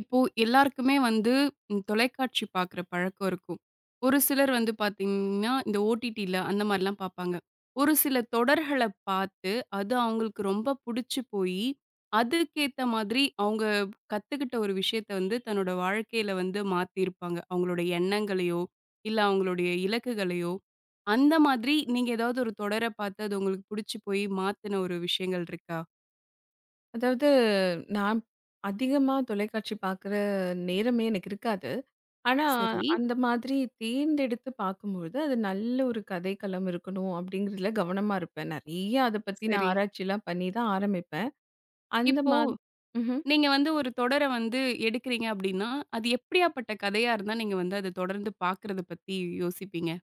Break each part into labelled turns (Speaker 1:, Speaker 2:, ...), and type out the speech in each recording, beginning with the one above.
Speaker 1: இப்போ எல்லாருக்குமே வந்து ம், தொலைக்காட்சி பார்க்குற பழக்கம் இருக்கும். ஒரு சிலர் வந்து பார்த்தீங்கன்னா, இந்த ஓடிடில அந்த மாரிலாம் பார்ப்பாங்க. ஒரு சில தொடர்கள பார்த்து, அது அவங்களுக்கு ரொம்ப புடிச்சு போயி, அதுக்கேத்த மாதிரி அவங்க கத்துக்கிட்ட ஒரு விஷயத்த வந்து தன்னோட வாழ்க்கையில வந்து மாத்தியிருப்பாங்க. அவங்களோட எண்ணங்களையோ, இல்ல அவங்களுடைய இலக்குகளையோ, அந்த மாதிரி நீங்க ஏதாவது ஒரு தொடர பார்த்து அது உங்களுக்கு புடிச்சு போய் மாத்துன ஒரு விஷயங்கள் இருக்கா?
Speaker 2: அதாவது நான் அதிகமா தொலைக்காட்சி பார்க்குற நேரமே எனக்கு இருக்காது. ஆனா,
Speaker 1: சரி,
Speaker 2: அந்த மாதிரி தேர்ந்தெடுத்து பார்க்கும்பொழுது, அது நல்ல ஒரு கதைக்களம் இருக்கணும் அப்படிங்கிறதுல கவனமா இருப்பேன். நெறைய அத பத்தி நான்
Speaker 1: சரி.
Speaker 2: ஆராய்ச்சிலாம் பண்ணி தான் ஆரம்பிப்பேன். அந்த
Speaker 1: இப்போ
Speaker 2: மா ம்ஹ்ம்.
Speaker 1: நீங்க வந்து ஒரு தொடர வந்து எடுக்கிறீங்க அப்படின்னா, அது எப்படியாப்பட்ட கதையா இருந்தா நீங்க வந்து அத தொடர்ந்து பார்க்கறத பத்தி யோசிப்பீங்க?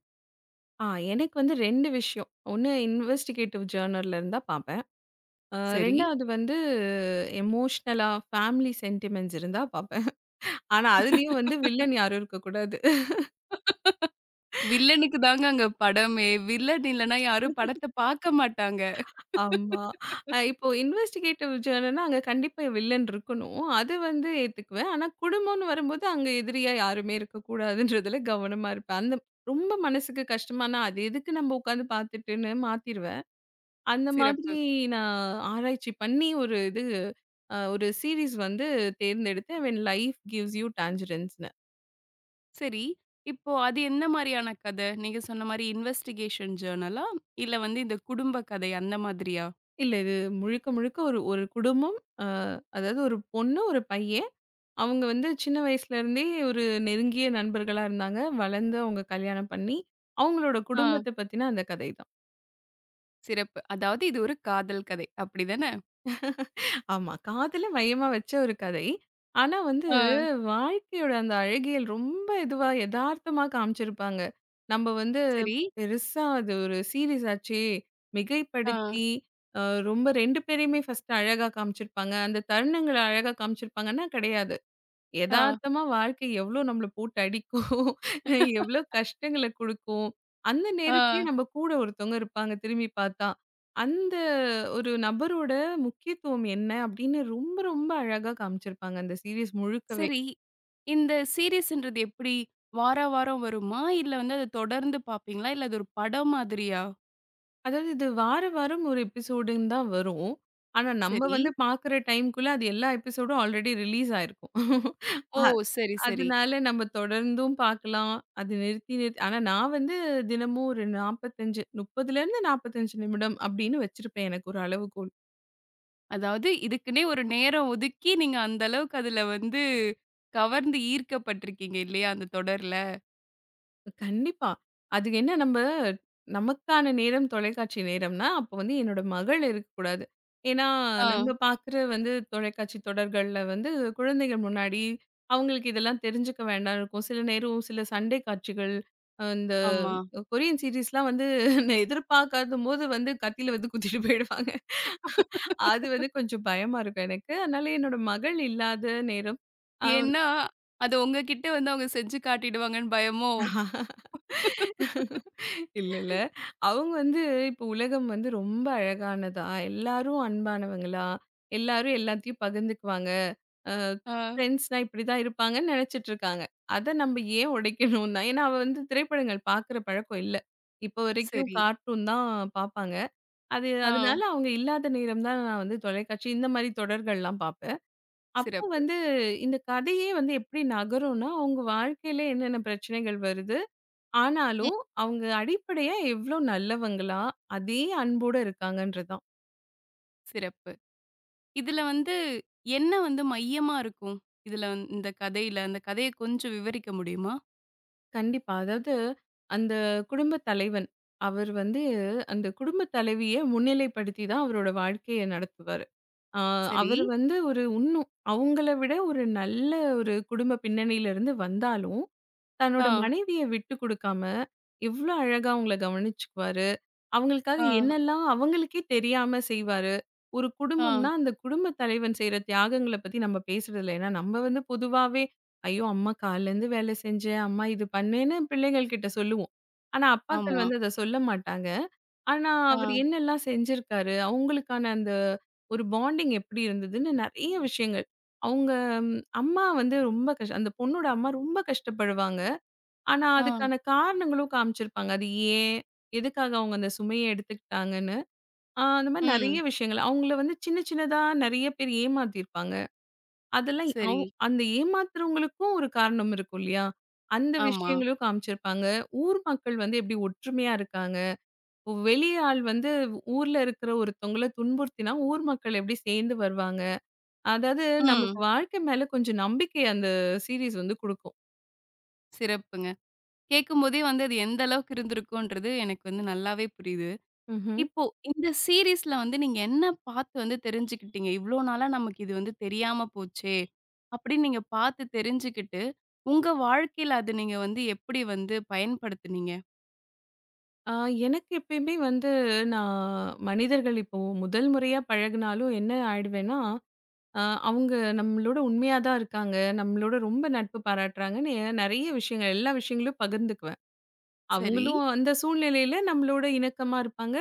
Speaker 2: ஆ, எனக்கு வந்து 2 விஷயம். ஒண்ணு இன்வெஸ்டிகேட்டிவ் ஜர்னல்ல இருந்தா பார்ப்பேன். அ
Speaker 1: சரி.
Speaker 2: 2வது வந்து எமோஷனலா ஃபேமிலி சென்டிமென்ட்ஸ் இருந்தா பார்ப்பேன். ஆனா, அதுலயும் வந்து வில்லன் யாரும் இருக்கக்கூடாது.
Speaker 1: வில்லனுக்கு தாங்க அங்க படமே. வில்லன் இல்லன்னா யாரும் படத்த பார்க்க மாட்டாங்க.
Speaker 2: ஆமா. இப்போ இன்வெஸ்டிகேட்டிவ் ஜர்னல்னா அங்க கண்டிப்பா வில்லன் இருக்கணும். அது வந்து ஏத்துக்குவேன். ஆனா குடும்பம்னு வரும்போது அங்க எதிரியா யாருமே இருக்கக்கூடாதுன்றதுல கவனமா இருப்பேன். அந்த ரொம்ப மனசுக்கு கஷ்டமானா அது எதுக்கு நம்ம உட்காந்து பார்த்துட்டுன்னு மாத்திருவேன். அந்த
Speaker 1: சிறப்பு.
Speaker 2: மாதிரி நான் ஆராய்ச்சி பண்ணி ஒரு இது ஒரு சீரிஸ் வந்து தேர்ந்தெடுத்தேன். வென் லைஃப் கிவ்ஸ் யூ டான்ஜரன்ஸ்ன்னு.
Speaker 1: சரி. இப்போ அது என்ன மாரியான கத? நீங்க சொன்ன மாரி இன்வெஸ்டிகேஷன் ஜர்னலா? இல்ல வந்து இந்த குடும்ப கதை அந்த மாதிரியா?
Speaker 2: இல்ல. இது முழுக்க முழுக்க ஒரு ஒரு குடும்பம். அ அதாவது ஒரு பொண்ணு, ஒரு பையன். அவங்க வந்து சின்ன வயசுலேருந்தே ஒரு நெருங்கிய நண்பர்களா இருந்தாங்க. வளர்ந்து அவங்க கல்யாணம் பண்ணி, அவங்களோட
Speaker 1: ஆ.
Speaker 2: குடும்பத்த பத்தின அந்த கதை.
Speaker 1: சிறப்பு. அதாவது இது ஒரு காதல் கதை. அப்படிதானே?
Speaker 2: ஆமா. காதல மையமா வச்ச ஒரு கதை. ஆனா வந்து
Speaker 1: ஆ.
Speaker 2: வாழ்க்கையோட அந்த அழகியல் ரொம்ப இதுவா எதார்த்தமா காமிச்சிருப்பாங்க. நம்ம வந்து
Speaker 1: சரி.
Speaker 2: பெருசா அது ஒரு சீரிஸ் ஆச்சே!
Speaker 1: ஆ.
Speaker 2: மிகைப்படுத்தி அ ரொம்ப 2 பேரையுமே ஃபர்ஸ்ட்டு அழகா காமிச்சிருப்பாங்க. அந்த தருணங்கள அழகா காமிச்சிருப்பாங்கன்னா, கிடையாது.
Speaker 1: ஆ.
Speaker 2: எதார்த்தமா வாழ்க்கை எவ்ளோ நம்மள போட்டு அடிக்கும், எவ்ளோ கஷ்டங்கள குடுக்கும். அந்த
Speaker 1: ஆ.
Speaker 2: நேரத்திலயும் நம்ம கூட ஒருத்தவங்க இருப்பாங்க திரும்பி பார்த்தா. அந்த ஒரு நபரோட முக்கியத்துவம் என்ன அப்படின்னு ரொம்ப ரொம்ப அழகா காமிச்சிருப்பாங்க அந்த சீரியஸ் முழுக்கவே.
Speaker 1: சரி. இந்த சீரிஸ்ன்றது எப்படி? வாரா வாரம் வருமா? இல்ல வந்து அத தொடர்ந்து பார்ப்பீங்களா? இல்ல அது ஒரு படம் மாதிரியா?
Speaker 2: அதாவது இது வார வாரம் ஒரு எபிசோடுன்னு தான் வரும். ஆனா நம்ம
Speaker 1: சரி.
Speaker 2: வந்து பார்க்குற டைம்க்குள்ள அது எல்லா எபிசோடும் ஆல்ரெடி ரிலீஸ் ஆயிருக்கும்.
Speaker 1: ஓ! சரி, சரி.
Speaker 2: அதனால நம்ம தொடர்ந்தும் பார்க்கலாம். அது நிறுத்தி நிறுத்தி ஆனா நான் வந்து தினமும் ஒரு 45, 30லேருந்து 45 நிமிடம் அப்படின்னு வச்சிருப்பேன் எனக்கு ஒரு அளவுகோல்.
Speaker 1: அதாவது இதுக்குன்னே ஒரு நேரம் ஒதுக்கி நீங்க அந்த அளவுக்கு அதுல வந்து கவர்ந்து ஈர்க்கப்பட்டிருக்கீங்க இல்லையா? அந்த தொடர்ல.
Speaker 2: கண்டிப்பா. அது என்ன நம்ப நமக்கான நேரம் தொலைக்காட்சி நேரம்னா, அப்ப வந்து என்னோட மகள் இருக்கக்கூடாது. ஏன்னா,
Speaker 1: ஆ,
Speaker 2: நம்ம பார்க்குற வந்து தொலைக்காட்சி தொடர்கள்ல வந்து குழந்தைகள் முன்னாடி அவங்களுக்கு இதெல்லாம் தெரிஞ்சுக்க வேண்டாம்னு இருக்கும். சில நேரம் சில சண்டை காட்சிகள், இந்த
Speaker 1: ஆமா.
Speaker 2: கொரியன் சீரிஸ்லாம் வந்து எதிர்பார்க்காதபோது வந்து கத்தியில வந்து குத்திட்டு போயிடுவாங்க. அது வந்து கொஞ்சம் பயமா இருக்கும் எனக்கு. அதனால என்னோட மகள் இல்லாத நேரம்.
Speaker 1: ஏன்னா, அது உங்ககிட்ட வந்து அவங்க செஞ்சு காட்டிடுவாங்கன்னு பயமோ?
Speaker 2: அ இல்ல, இல்ல. அவங்க வந்து இப்போ உலகம் வந்து ரொம்ப அழகானதா, எல்லாரும் அன்பானவங்களா, எல்லாரும் எல்லாத்தையும் பகிர்ந்துக்குவாங்க. அ
Speaker 1: ஆ,
Speaker 2: ஃப்ரெண்ட்ஸ்னா இப்படிதான் இருப்பாங்கன்னு நெனச்சிட்டு இருக்காங்க. அத நம்ம ஏன் உடைக்கணும் தான். ஏன்னா, அவ வந்து திரைப்படங்கள் பாக்குற பழக்கம் இல்ல. இப்போ வரைக்கும்
Speaker 1: சரி.
Speaker 2: கார்ட்டூன் தான் பாப்பாங்க. அது அதனால
Speaker 1: ஆ,
Speaker 2: அவங்க இல்லாத நேரம் தான் நான் வந்து தொலைக்காட்சி இந்த மாரி தொடர்கள்லாம் பாப்பேன். அப்போ
Speaker 1: சிறப்பு.
Speaker 2: வந்து இந்த கதையே வந்து எப்படி நகரும்னா, அவங்க வாழ்க்கையில என்னென்ன பிரச்சனைகள் வருது?
Speaker 1: ம்.
Speaker 2: ஆனாலும், அவங்க அடிப்படையா எவ்ளோ நல்லவங்களா, அதே அன்போட இருக்காங்கன்றது தான்.
Speaker 1: சிறப்பு. இதுல வந்து என்ன வந்து மையமா இருக்கும்? இதுல இந்த கதையில, அந்த கதைய கொஞ்சம் விவரிக்க முடியுமா?
Speaker 2: கண்டிப்பா. அதாவது அந்த குடும்ப தலைவன். அவர் வந்து அந்த குடும்ப தலைவிய முன்னிலைப்படுத்தி தான் அவரோட வாழ்க்கைய நடத்துவாரு. ஆ,
Speaker 1: சரி.
Speaker 2: அவர் வந்து ஒரு இன்னும் அவங்கள விட ஒரு நல்ல ஒரு குடும்ப பின்னணியிலருந்து வந்தாலும்,
Speaker 1: ஆ,
Speaker 2: தன்னோட மனைவிய விட்டு குடுக்காம, எவ்ளோ அழகா அவங்கள கவனிச்சுக்குவாரு. அவங்களுக்காக
Speaker 1: ஆ,
Speaker 2: என்னெல்லாம் அவங்களுக்கே தெரியாம செய்வாரு. ஒரு
Speaker 1: ஆ,
Speaker 2: குடும்பம்னா, அந்த குடும்பத் தலைவன் செய்ற தியாகங்கள பத்தி நம்ம பேசுறதில்ல. ஏன்னா, நம்ம வந்து பொதுவாவே, "ஐயோ! அம்மா காலைலருந்து வேலை செஞ்சேன். அம்மா இது பண்ணேன்னு" பிள்ளைகள் கிட்ட சொல்லுவோம். ஆனா, அப்பாக்கள்
Speaker 1: ஆமா.
Speaker 2: வந்து அத சொல்ல மாட்டாங்க. ஆனா,
Speaker 1: ஆ,
Speaker 2: அவரு என்னெல்லாம் செஞ்சிருக்காரு, அவங்களுக்கான அந்த ஒரு பாண்டிங் எப்படி இருந்ததுன்னு நெறைய விஷயங்கள். அவங்க ம், அம்மா வந்து ரொம்ப அந்த பொண்ணோட அம்மா ரொம்ப கஷ்டப்படுவாங்க. ஆனா,
Speaker 1: ஆ,
Speaker 2: அதுக்கான காரணங்களும் காமிச்சிருப்பாங்க. அது ஏன்? எதுக்காக அவங்க அந்த சுமைய எடுத்துக்கிட்டாங்கன்னு. ஆ, அந்த மாரி நெறைய
Speaker 1: ம்.
Speaker 2: விஷயங்கள். அவங்கள வந்து சின்ன சின்னதா நெறைய பேர் ஏமாத்தியிருப்பாங்க. அதெல்லாம்
Speaker 1: சரி.
Speaker 2: அந்த ஏமாத்துறவங்களுக்கும் ஒரு காரணம் இருக்கும் இல்லையா? அந்த
Speaker 1: ஆமா.
Speaker 2: விஷயங்களும் காமிச்சிருப்பாங்க. ஊர் மக்கள் வந்து எப்படி ஒற்றுமையா இருக்காங்க. வெளி ஆள் வந்து ஊர்ல இருக்கிற ஒருத்தவங்கள துன்புறுத்தினா, ஊர் மக்கள் எப்படி சேர்ந்து வருவாங்க. அதாவது நமக்கு
Speaker 1: ம்.
Speaker 2: வாழ்க்கை மேல கொஞ்சம் நம்பிக்கை அந்த சீரிஸ் வந்து குடுக்கும்.
Speaker 1: சிறப்புங்க. கேட்கும்போதே வந்து அது எந்த அளவுக்கு இருந்திருக்கும்ன்றது எனக்கு வந்து நல்லாவே புரியுது.
Speaker 2: ம்ஹ்ம்.
Speaker 1: இப்போ இந்த சீரிஸ்ல வந்து நீங்க என்ன பார்த்து வந்து தெரிஞ்சுக்கிட்டீங்க? இவ்ளோ நாளா நமக்கு இது வந்து தெரியாம போச்சே! அப்படின்னு நீங்க பார்த்து தெரிஞ்சுக்கிட்டு, உங்க வாழ்க்கையில அத நீங்க வந்து எப்படி வந்து பயன்படுத்துனீங்க?
Speaker 2: ஆ, எனக்கு எப்பயுமே வந்து நான் மனிதர்கள் இப்போ முதல் முறையா பழகுனாலும் என்ன ஆயிடுவேன்னா, அ அவங்க நம்மளோட உண்மையா தான் இருக்காங்க. நம்மளோட ரொம்ப நட்பு பாராட்டுறாங்கன்னு நிறைய விஷயங்கள் எல்லா விஷயங்களும் பகிர்ந்துக்குவேன்.
Speaker 1: சரி.
Speaker 2: அவங்களும் அந்த சூழ்நிலையில நம்மளோட இணக்கமா இருப்பாங்க.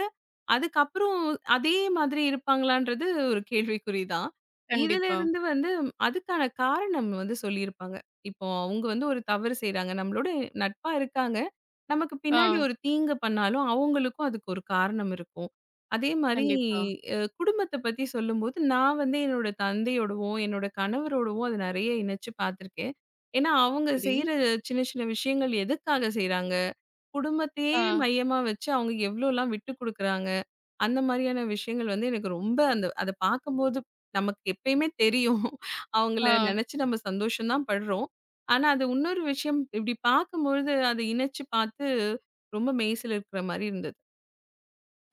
Speaker 2: அதுக்கப்புறம் அதே மாதிரி இருப்பாங்களான்றது ஒரு கேள்விக்குறி தான்.
Speaker 1: கண்டிப்பா.
Speaker 2: இதிலிருந்து வந்து அதுக்கான காரணம் வந்து சொல்லியிருப்பாங்க. இப்போ அவங்க வந்து ஒரு தவறு செய்றாங்க. நம்மளோட நட்பா இருக்காங்க. நமக்கு
Speaker 1: ஆ,
Speaker 2: பின்னாடி ஒரு தீங்கு பண்ணாலும் அவங்களுக்கும் அதுக்கு ஒரு காரணம் இருக்கும். அதே மாரி
Speaker 1: கண்டிப்பா.
Speaker 2: குடும்பத்த பத்தி சொல்லும்போது, நான் வந்து என்னோட தந்தையோடவும், என்னோட கணவரோடவும் அது நெறைய இணைச்சு பார்த்துருக்கேன். ஏன்னா, அவங்க
Speaker 1: சரி.
Speaker 2: செய்ற சின்ன சின்ன விஷயங்கள் எதுக்காக செய்றாங்க? குடும்பத்தையே
Speaker 1: ஆ,
Speaker 2: மையமா வச்சு அவங்க எவ்ளோலாம் விட்டு குடுக்குறாங்க? அந்த மாதிரியான விஷயங்கள் வந்து எனக்கு ரொம்ப அந்த அத பார்க்கும்போது நமக்கு எப்பயுமே தெரியும். அவங்கள
Speaker 1: ஆ.
Speaker 2: நெனச்சு நம்ம சந்தோஷம் தான் படுறோம். ஆனா, அது இன்னொரு விஷயம் இப்படி பார்க்கும்பொழுது அத இணைச்சு பார்த்து ரொம்ப மெய்சிலிர்க்கிற மாரி இருந்தது.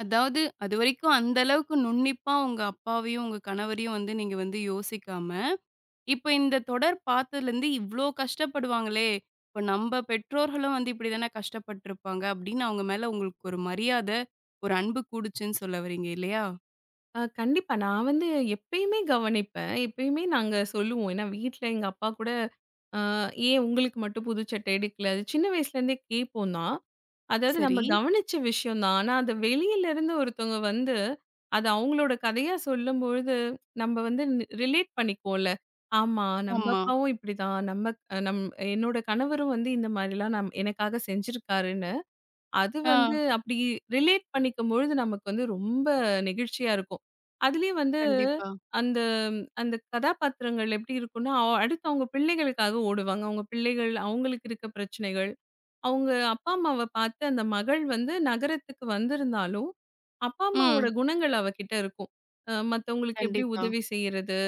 Speaker 1: அதாவது அதுவரைக்கும் அந்த அளவுக்கு நுண்ணிப்பா உங்க அப்பாவையும், உங்க கணவரையும் வந்து நீங்க வந்து யோசிக்காம, இப்ப இந்த தொடர் பார்த்ததுலருந்து இவ்ளோ கஷ்டப்படுவாங்களே! இப்ப நம்ப பெற்றோர்களும் வந்து இப்படி தானே கஷ்டப்பட்டுருப்பாங்க அப்படின்னு அவங்க மேல உங்களுக்கு ஒரு மரியாத, ஒரு அன்பு கூடுச்சுன்னு சொல்ல வரீங்க இல்லையா?
Speaker 2: கண்டிப்பா. நான் வந்து எப்பயுமே கவனிப்பேன். எப்பயுமே நாங்க சொல்லுவோம். ஏன்னா வீட்ல எங்க அப்பா கூட, "அ ஏன் உங்களுக்கு மட்டும் புது சட்டை எடுக்கல?" அது சின்ன வயசுலேருந்தே கேட்போம் தான். அதாவது நம்ம
Speaker 1: சரி.
Speaker 2: கவனிச்ச விஷயம் தான். ஆனா, அத வெளியிலருந்து ஒருத்தவங்க வந்து, அது அவங்களோட கதையா சொல்லும்பொழுது, நம்ம வந்து ரிலேட் பண்ணிக்குவோம்ல. ஆமா, நம்ம
Speaker 1: ஆமா.
Speaker 2: அப்பாவும் இப்படிதான். நம்ம அ நம் என்னோட கணவரும் வந்து இந்த மாரிலாம் எனக்காக செஞ்சிருக்காருன்னு, அது வந்து
Speaker 1: ஆ,
Speaker 2: அப்படி ரிலேட் பண்ணிக்கும்பொழுது, நமக்கு வந்து ரொம்ப நெகிழ்ச்சியா இருக்கும். அதுலயும் வந்து
Speaker 1: கண்டிப்பா.
Speaker 2: அந்த அந்த கதாபாத்திரங்கள் எப்படி இருக்கும்னா, அடுத்து அவங்க பிள்ளைகளுக்காக ஓடுவாங்க. அவங்க பிள்ளைகள், அவங்களுக்கு இருக்க பிரச்சனைகள். அவங்க அப்பா அம்மாவ பார்த்து அந்த மகள் வந்து நகரத்துக்கு வந்திருந்தாலும், அப்பா அம்மாவோட
Speaker 1: ம்.
Speaker 2: குணங்கள் அவகிட்ட இருக்கும். மத்தவங்களுக்கு எப்படி
Speaker 1: கண்டிப்பா.
Speaker 2: உதவி செய்றது?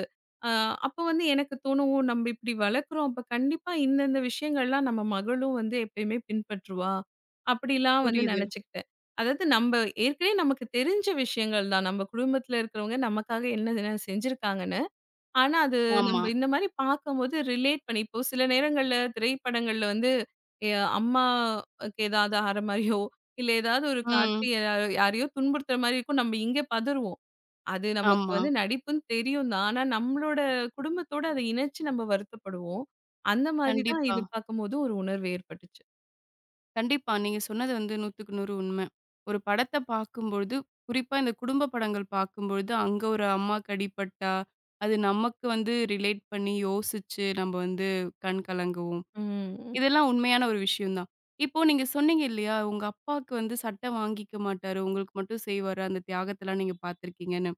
Speaker 2: அ அப்போ வந்து எனக்கு தோணும், "ஓ! நம்ம இப்படி வளர்க்குறோம். அப்ப கண்டிப்பா இந்தந்த விஷயங்கள்லாம் நம்ம மகளும் வந்து எப்பயுமே பின்பற்றுவா." அப்படிலாம் வந்து
Speaker 1: புரியுது.
Speaker 2: நெனச்சுக்கிட்டேன். அதாவது நம்ம ஏற்கனவே நமக்கு தெரிஞ்ச விஷயங்கள் தான். நம்ம குடும்பத்தில இருக்கிறவங்க நமக்காக என்னென்ன செஞ்சிருக்காங்கன்னு. ஆனா, அது
Speaker 1: ஆமா.
Speaker 2: நம்ப இந்த மாரி பார்க்கும்போது ரிலேட் பண்ணி இப்போ சில நேரங்கள்ல திரைப்படங்கள்ல வந்து எ அம்மாக்கு ஏதாவது ஆற மாரியோ, இல்ல ஏதாவது ஒரு காட்சி
Speaker 1: ம்.
Speaker 2: யாரையோ துன்புறுத்துற மாரி இருக்கும். நம்ம இங்க பதறுவோம். அது நமக்கு
Speaker 1: ஆமா.
Speaker 2: வந்து நடிப்புன்னு தெரியும் தான். ஆனா, நம்மளோட குடும்பத்தோட அத இணைச்சு நம்ம வருத்தப்படுவோம். அந்த மாதிரி தான்
Speaker 1: கண்டிப்பா.
Speaker 2: இது பார்க்கும்போது ஒரு உணர்வு ஏற்பட்டுச்சு.
Speaker 1: கண்டிப்பா. நீங்க சொன்னது வந்து 100க்கு 100 உண்ம. ஒரு படத்த பார்க்கும்பொழுது, குறிப்பா இந்த குடும்ப படங்கள் பார்க்கும்பொழுது, அங்க ஒரு அம்மாக்கு அடிபட்டா, அது நமக்கு வந்து ரிலேட் பண்ணி யோசிச்சு நம்ம வந்து கண் கலங்குவோம்.
Speaker 2: ம்.
Speaker 1: இதெல்லாம் உண்மையான ஒரு விஷயம் தான். இப்போ நீங்க சொன்னீங்க இல்லையா? உங்க அப்பாவுக்கு வந்து சட்ட வாங்கிக்க மாட்டாரு. உங்களுக்கு மட்டும் செய்வாரு. அந்த தியாகத்தலாம் நீங்க பார்த்துருக்கீங்கன்னு.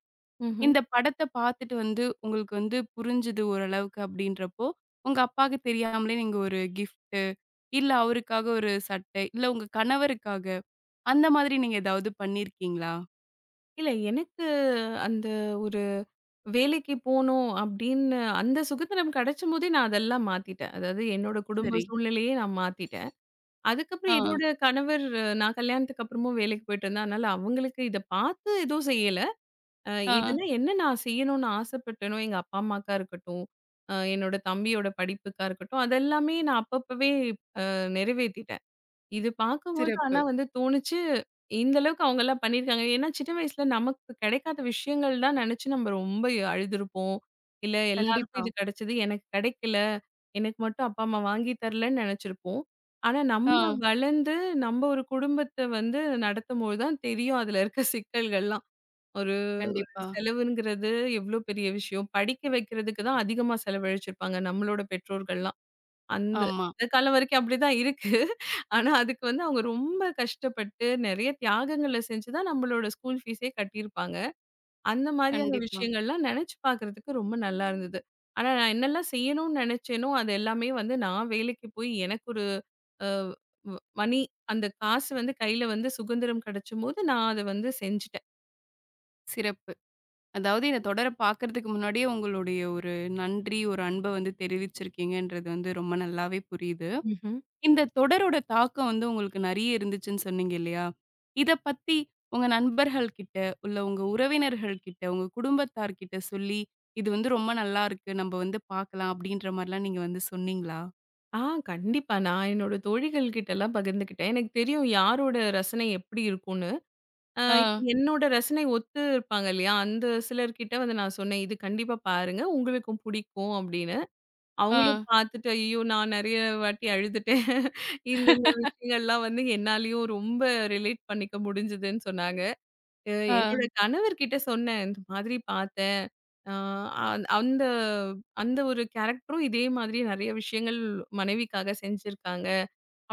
Speaker 2: ம்ஹ்ம்.
Speaker 1: இந்த படத்த பார்த்துட்டு வந்து உங்களுக்கு வந்து புரிஞ்சுது ஓரளவுக்கு அப்படின்றப்போ, உங்க அப்பாவுக்கு தெரியாமலே நீங்க ஒரு கிஃப்ட் இல்ல அவருக்காக ஒரு சட்டை, இல்ல உங்க கணவருக்காக, அந்த மாதிரி நீங்க ஏதாவது பண்ணியிருக்கீங்களா?
Speaker 2: இல்ல எனக்கு அந்த ஒரு வேலைக்கு போணும் அப்படின்னு அந்த சுகத்தினம் கிடைச்சம்போதே நான் அதெல்லாம் மாத்திட்டேன். அதாவது என்னோட குடும்ப
Speaker 1: சரி.
Speaker 2: சூழ்நிலையே நான் மாத்திட்டேன்.
Speaker 1: ஆ,
Speaker 2: அதுக்கப்புறம் என்னோட கணவர் நான் கல்யாணத்துக்கு அப்புறமும் வேலைக்கு போயிட்டு இருந்தேன். அதனால அவங்களுக்கு இத பார்த்து எதுவும் செய்யல. அ
Speaker 1: ஆ.
Speaker 2: இதுல என்ன நான் செய்யணும்னு ஆசைப்பட்டேனோ, எங்க அப்பா, அம்மாக்கா இருக்கட்டும், என்னோட தம்பியோட படிப்புக்கா இருக்கட்டும், அதெல்லாமே நான் அப்பப்பவே இப்ப நிறைவேத்திட்டேன். இது பார்க்கும்போது
Speaker 1: சிறப்பு.
Speaker 2: ஆனா வந்து தோணுச்சு இந்த அளவுக்கு அவங்கலாம் பண்ணியிருக்காங்க. ஏன்னா, சின்ன வயசுல நமக்கு கிடைக்காத விஷயங்கள் தான் நினைச்சு நம்ம ரொம்ப அழுதுருப்போம். இல்ல எல்லாருக்கும்
Speaker 1: கண்டிப்பா.
Speaker 2: இது கிடைச்சது. எனக்கு கிடைக்கல. எனக்கு மட்டும் அப்பா, அம்மா வாங்கி தரலன்னு நினைச்சிருப்போம். ஆனா
Speaker 1: ஆ,
Speaker 2: நம்ம ம். வளர்ந்து நம்ம ஒரு குடும்பத்த வந்து நடத்தும்போது தான் தெரியும் அதுல இருக்க சிக்கல்கள்லாம். ஒரு ஒரு
Speaker 1: கண்டிப்பா.
Speaker 2: செலவுங்கிறது எவ்ளோ பெரிய விஷயம். படிக்க வைக்கிறதுக்கு தான் அதிகமா செலவழிச்சிருப்பாங்க நம்மளோட பெற்றோர்கள்லாம். அந்த
Speaker 1: ஆமா.
Speaker 2: இந்த காலம் வரைக்கும் அப்படிதான் இருக்கு. ஆனா அதுக்கு வந்து அவங்க ரொம்ப கஷ்டப்பட்டு நெறைய தியாகங்கள செஞ்சு தான் நம்மளோட ஸ்கூல் ஃபீஸே கட்டியிருப்பாங்க. அந்த மாதிரியான
Speaker 1: கண்டிப்பா.
Speaker 2: விஷயங்கள்லாம் நெனச்சு பார்க்கறதுக்கு ரொம்ப நல்லா இருந்தது. ஆனா நான் என்னெல்லாம் செய்யணும்னு நெனச்சேனோ, அது எல்லாமே வந்து நான் வேலைக்கு போய் எனக்கு ஒரு அ வ் மணி அந்த காசு வந்து கையில வந்து சுதந்திரம் கெடைச்சபோது நான் அத வந்து செஞ்சுட்டேன்.
Speaker 1: சிறப்பு. அதாவது இந்த தொடர பார்க்கறதுக்கு முன்னாடியே உங்களுடைய ஒரு நன்றி, ஒரு அன்ப வந்து தெரிவிச்சிருக்கீங்கன்றது வந்து ரொம்ப நல்லாவே புரியுது.
Speaker 2: ம்ஹ்ம்.
Speaker 1: இந்த தொடரோட தாக்கம் வந்து உங்களுக்கு நெறைய இருந்துச்சுன்னு சொன்னீங்க இல்லையா? இத பத்தி உங்க நண்பர்கள் கிட்ட, இல்ல உங்க உறவினர்கள் கிட்ட, உங்க குடும்பத்தார்கிட்ட சொல்லி, "இது வந்து ரொம்ப நல்லாருக்கு. நம்ப வந்து பாக்கலாம்." அப்படின்ற மாரிலாம் நீங்க வந்து சொன்னீங்களா?
Speaker 2: ஆ கண்டிப்பா. நான் என்னோட தோழிகள் கிட்டலாம் பகிர்ந்துக்கிட்டேன். எனக்கு தெரியும் யாரோட ரசனை எப்படி இருக்கும்னு.
Speaker 1: ஆ,
Speaker 2: இப்ப என்னோட ரசனை ஒத்து இருப்பாங்க இல்லையா? அந்த சிலர்கிட்ட வந்து நான் சொன்னேன், "இது கண்டிப்பா பாருங்க. உங்களுக்கும் பிடிக்கும்" அப்படின்னு.
Speaker 1: ஆ,
Speaker 2: அவங்களும் பார்த்துட்டு, "ஐயோ! நான் நெறைய வாட்டி அழுதுட்டேன். இந்த இந்த விஷயங்கள்லாம் வந்து என்னாலயும் ரொம்ப ரிலேட் பண்ணிக்க முடிஞ்சுதுன்னு" சொன்னாங்க. அ
Speaker 1: ஆ,
Speaker 2: என்னோட கணவர்கிட்ட சொன்னேன், "இந்த மாதிரி பார்த்தேன். அ அந் அந்த அந்த ஒரு கேரக்டரும் இதே மாதிரி நெறைய விஷயங்கள் மனைவிக்காக செஞ்சிருக்காங்க"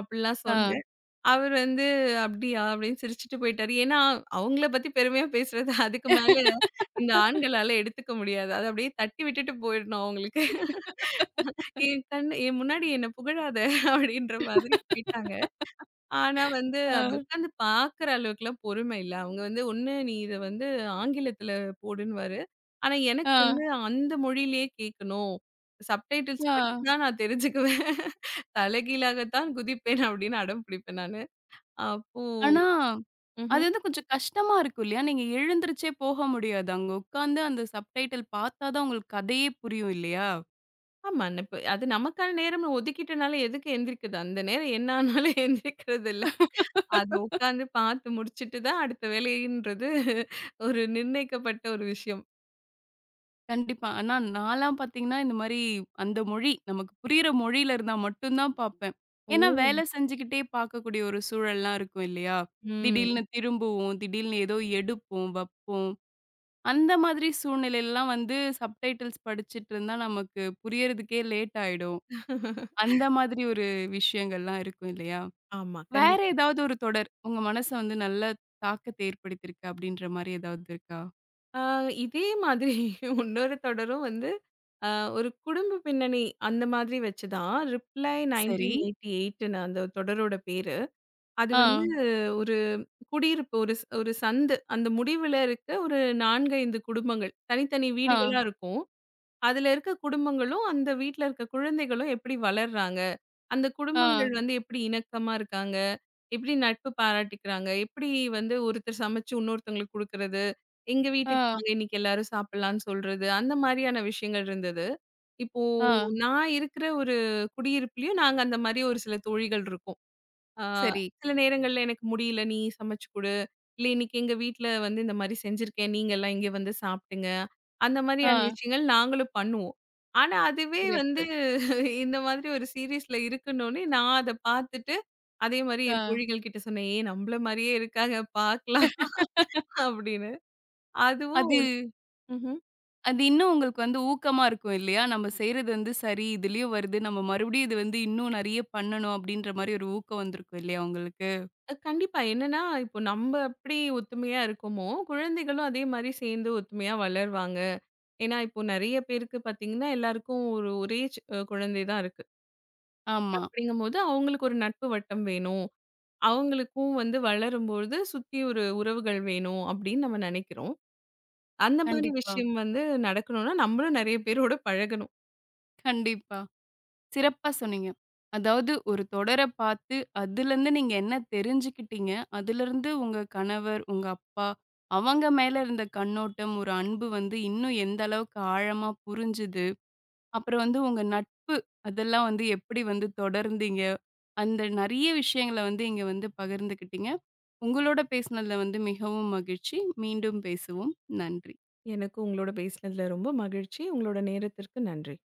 Speaker 2: அப்படிலாம்
Speaker 1: ஆ.
Speaker 2: சொன்னேன். அவர் வந்து "அப்படியா?" அப்படின்னு சிரிச்சுட்டு போயிட்டாரு. ஏன்னா, அவங்கள பத்தி பெருமையா பேசுறது அதுக்கு மேல இந்த ஆண்களால எடுத்துக்க முடியாது. அத அப்படியே தட்டி விட்டுட்டு போயிடணும் அவங்களுக்கு. என் கண் என் முன்னாடி என்ன புகழாத அப்படின்ற மாதிரி போயிட்டாங்க. ஆனா வந்து அது
Speaker 1: ஆ,
Speaker 2: உட்காந்து பார்க்குற அளவுக்குலாம் பொறுமை இல்ல. அவங்க வந்து "ஒண்ணு நீ இத வந்து ஆங்கிலத்துல போடுன்னுவாரு." ஆனா எனக்கு
Speaker 1: ஆ,
Speaker 2: வந்து அந்த மொழியிலேயே கேட்கணும். சப்டைட்டில்ஸ்
Speaker 1: ஆ.
Speaker 2: படிச்சு தான் நான் தெரிஞ்சுக்குவேன். தலைகீழாகத்தான் குதிப்பேன் அப்படின்னு அடம் பிடிப்பேன் நானு. அப்போ
Speaker 1: ஆனா, அது
Speaker 2: ம்ஹ்ம்.
Speaker 1: வந்து கொஞ்சம் கஷ்டமா இருக்கும் இல்லையா? நீங்க எழுந்திருச்சே போக முடியாது. அங்க உட்காந்து அந்த சப்டைட்டில் பாத்தா தான் உங்களுக்கு கதையே புரியும் இல்லையா?
Speaker 2: ஆமா. இப்ப அது நமக்கான நேரம்னு ஒதுக்கிட்டனால எதுக்கு எந்திரிக்குது? அந்த நேரம் என்ன ஆனாலும் எந்திரிக்கிறதில்ல. அது உட்காந்து பார்த்து முடிச்சுட்டு தான் அடுத்த வேலைன்றது ஒரு நிர்ணயிக்கப்பட்ட ஒரு விஷயம்.
Speaker 1: கண்டிப்பா. ஆனா நான்லாம் பார்த்தீங்கன்னா, இந்த மாரி அந்த மொழி நமக்கு புரியிற மொழியில இருந்தா மட்டும் தான் பார்ப்பேன்.
Speaker 2: ஓ!
Speaker 1: ஏன்னா வேலை செஞ்சுக்கிட்டே பார்க்கக்கூடிய ஒரு சூழல்லாம் இருக்கும் இல்லையா?
Speaker 2: ம்.
Speaker 1: திடீல்னு திரும்புவோம், திடீல்னு ஏதோ எடுப்போம், வப்போம். அந்த மாதிரி சூழ்நிலையிலலாம் வந்து சப்டைட்டில்ஸ் படிச்சுட்டு இருந்தா நமக்கு புரியறதுக்கே லேட் ஆயிடும். அந்த மாதிரி ஒரு விஷயங்கள்லாம் இருக்கும் இல்லையா?
Speaker 2: ஆமா.
Speaker 1: வேற
Speaker 2: கண்டிப்பா.
Speaker 1: ஏதாவது ஒரு தொடர் உங்க மனச வந்து நல்ல தாக்கத்த ஏற்படுத்தியிருக்கு அப்படின்ற மாரி ஏதாவது இருக்கா?
Speaker 2: ஆ, இதே மாதிரி இன்னொரு தொடரும் வந்து அ ஒரு குடும்ப பின்னணி அந்த மாதிரி வச்சு தான். ரிப்ளை
Speaker 1: சரி.
Speaker 2: 1988ன்னு அந்த தொடரோட பேரு. அது வந்து
Speaker 1: ஆ,
Speaker 2: குடியிருப்பு ஒரு சந்து. அந்த முடிவுல இருக்க ஒரு 4, 5 குடும்பங்கள். தனித்தனி
Speaker 1: ஆ,
Speaker 2: வீடுகளா இருக்கும். அதுல இருக்க குடும்பங்களும், அந்த வீட்ல இருக்க குழந்தைகளும் எப்படி வளர்றாங்க? அந்த
Speaker 1: ஆ,
Speaker 2: குடும்பங்கள் வந்து எப்படி இணக்கமா இருக்காங்க? எப்படி நட்பு பாராட்டிக்கிறாங்க? எப்படி வந்து ஒருத்தர் சமைச்சு இன்னொருத்தவங்களுக்கு குடுக்குறது? எங்க வீட்டுக்கு
Speaker 1: ஆ,
Speaker 2: வாங்க இன்னைக்கு எல்லாரும் சாப்பிடலாம்னு சொல்றது. அந்த மாரியான விஷயங்கள் இருந்தது. இப்போ
Speaker 1: ஆ.
Speaker 2: நான் இருக்கிற ஒரு குடியிருப்புலயும் நாங்க அந்த மாரி ஒரு சில தோழிகள் இருக்கோம். ஆ,
Speaker 1: சரி.
Speaker 2: சில நேரங்கள்ல எனக்கு முடியல, நீ சமைச்சு குடு. இல்ல இன்னைக்கு எங்க வீட்ல வந்து இந்த மாரி செஞ்சிருக்கேன். நீங்கலாம் இங்க வந்து சாப்பிடுங்க. அந்த
Speaker 1: ஆ.
Speaker 2: மாரியான விஷயங்கள் நாங்களும் பண்ணுவோம். ஆனா அதுவே வந்து
Speaker 1: சிறப்பு.
Speaker 2: இந்த மாதிரி ஒரு சீரிஸ்ல இருக்குன்னோனே நான் அத பார்த்துட்டு, அதே மாரி என்
Speaker 1: ஆ.
Speaker 2: தோழிகள் கிட்ட சொன்னேன். ஏய் நம்மள மாரியே இருக்காங்க பார்க்கலாம் அப்படின்னு. அதுவும்
Speaker 1: அது
Speaker 2: ம்ஹ்ம்.
Speaker 1: அது இன்னும் உங்களுக்கு வந்து ஊக்கமா இருக்கும் இல்லையா? நம்ம செய்றது வந்து சரி, இதுலயும் வருது. நம்ம மறுபடியும் இது வந்து இன்னும் நெறைய பண்ணணும் அப்படின்ற மாரி ஒரு ஊக்கம் வந்திருக்கும் இல்லையா உங்களுக்கு?
Speaker 2: கண்டிப்பா. என்னன்னா இப்போ நம்ம எப்படி ஒத்துமையா இருக்கோமோ, குழந்தைகளும் அதே மாரி சேர்ந்து ஒத்துமையா வளருவாங்க. ஏன்னா, இப்போ நெறைய பேருக்கு பார்த்தீங்கன்னா, எல்லாருக்கும் ஒரு ஒரே ச் குழந்தை தான் இருக்கு.
Speaker 1: ஆமா.
Speaker 2: அப்படிங்கும்போது அவங்களுக்கு ஒரு நட்பு வட்டம் வேணும். அவங்களுக்கும் வந்து வளரும்பொழுது சுத்தி ஒரு உறவுகள் வேணும் அப்படின்னு நம்ம நெனைக்கிறோம். அந்த மாதிரி
Speaker 1: கண்டிப்பா,
Speaker 2: விஷயம் வந்து நடக்கணும்னா, நம்மளும் நெறைய பேரோட பழகணும்.
Speaker 1: கண்டிப்பா. சிறப்பா சொன்னீங்க. அதாவது ஒரு தொடர பார்த்து, அதுலருந்து நீங்க என்ன தெரிஞ்சுக்கிட்டீங்க? அதுலருந்து உங்க கணவர், உங்க அப்பா அவங்க மேல இருந்த கண்ணோட்டம், ஒரு அன்பு வந்து இன்னும் எந்த அளவுக்கு ஆழமா புரிஞ்சுது? அப்புறம் வந்து உங்க நட்பு, அதெல்லாம் வந்து எப்படி வந்து தொடர்ந்தீங்க? அந்த நெறைய விஷயங்கள வந்து இங்க வந்து பகிர்ந்துக்கிட்டீங்க. உங்களோட பேசினதுல வந்து மிகவும் மகிழ்ச்சி. மீண்டும் பேசுவோம். நன்றி.
Speaker 2: எனக்கு உங்களோட பேசினதுல ரொம்ப மகிழ்ச்சி. உங்களோட நேரத்திற்கு நன்றி.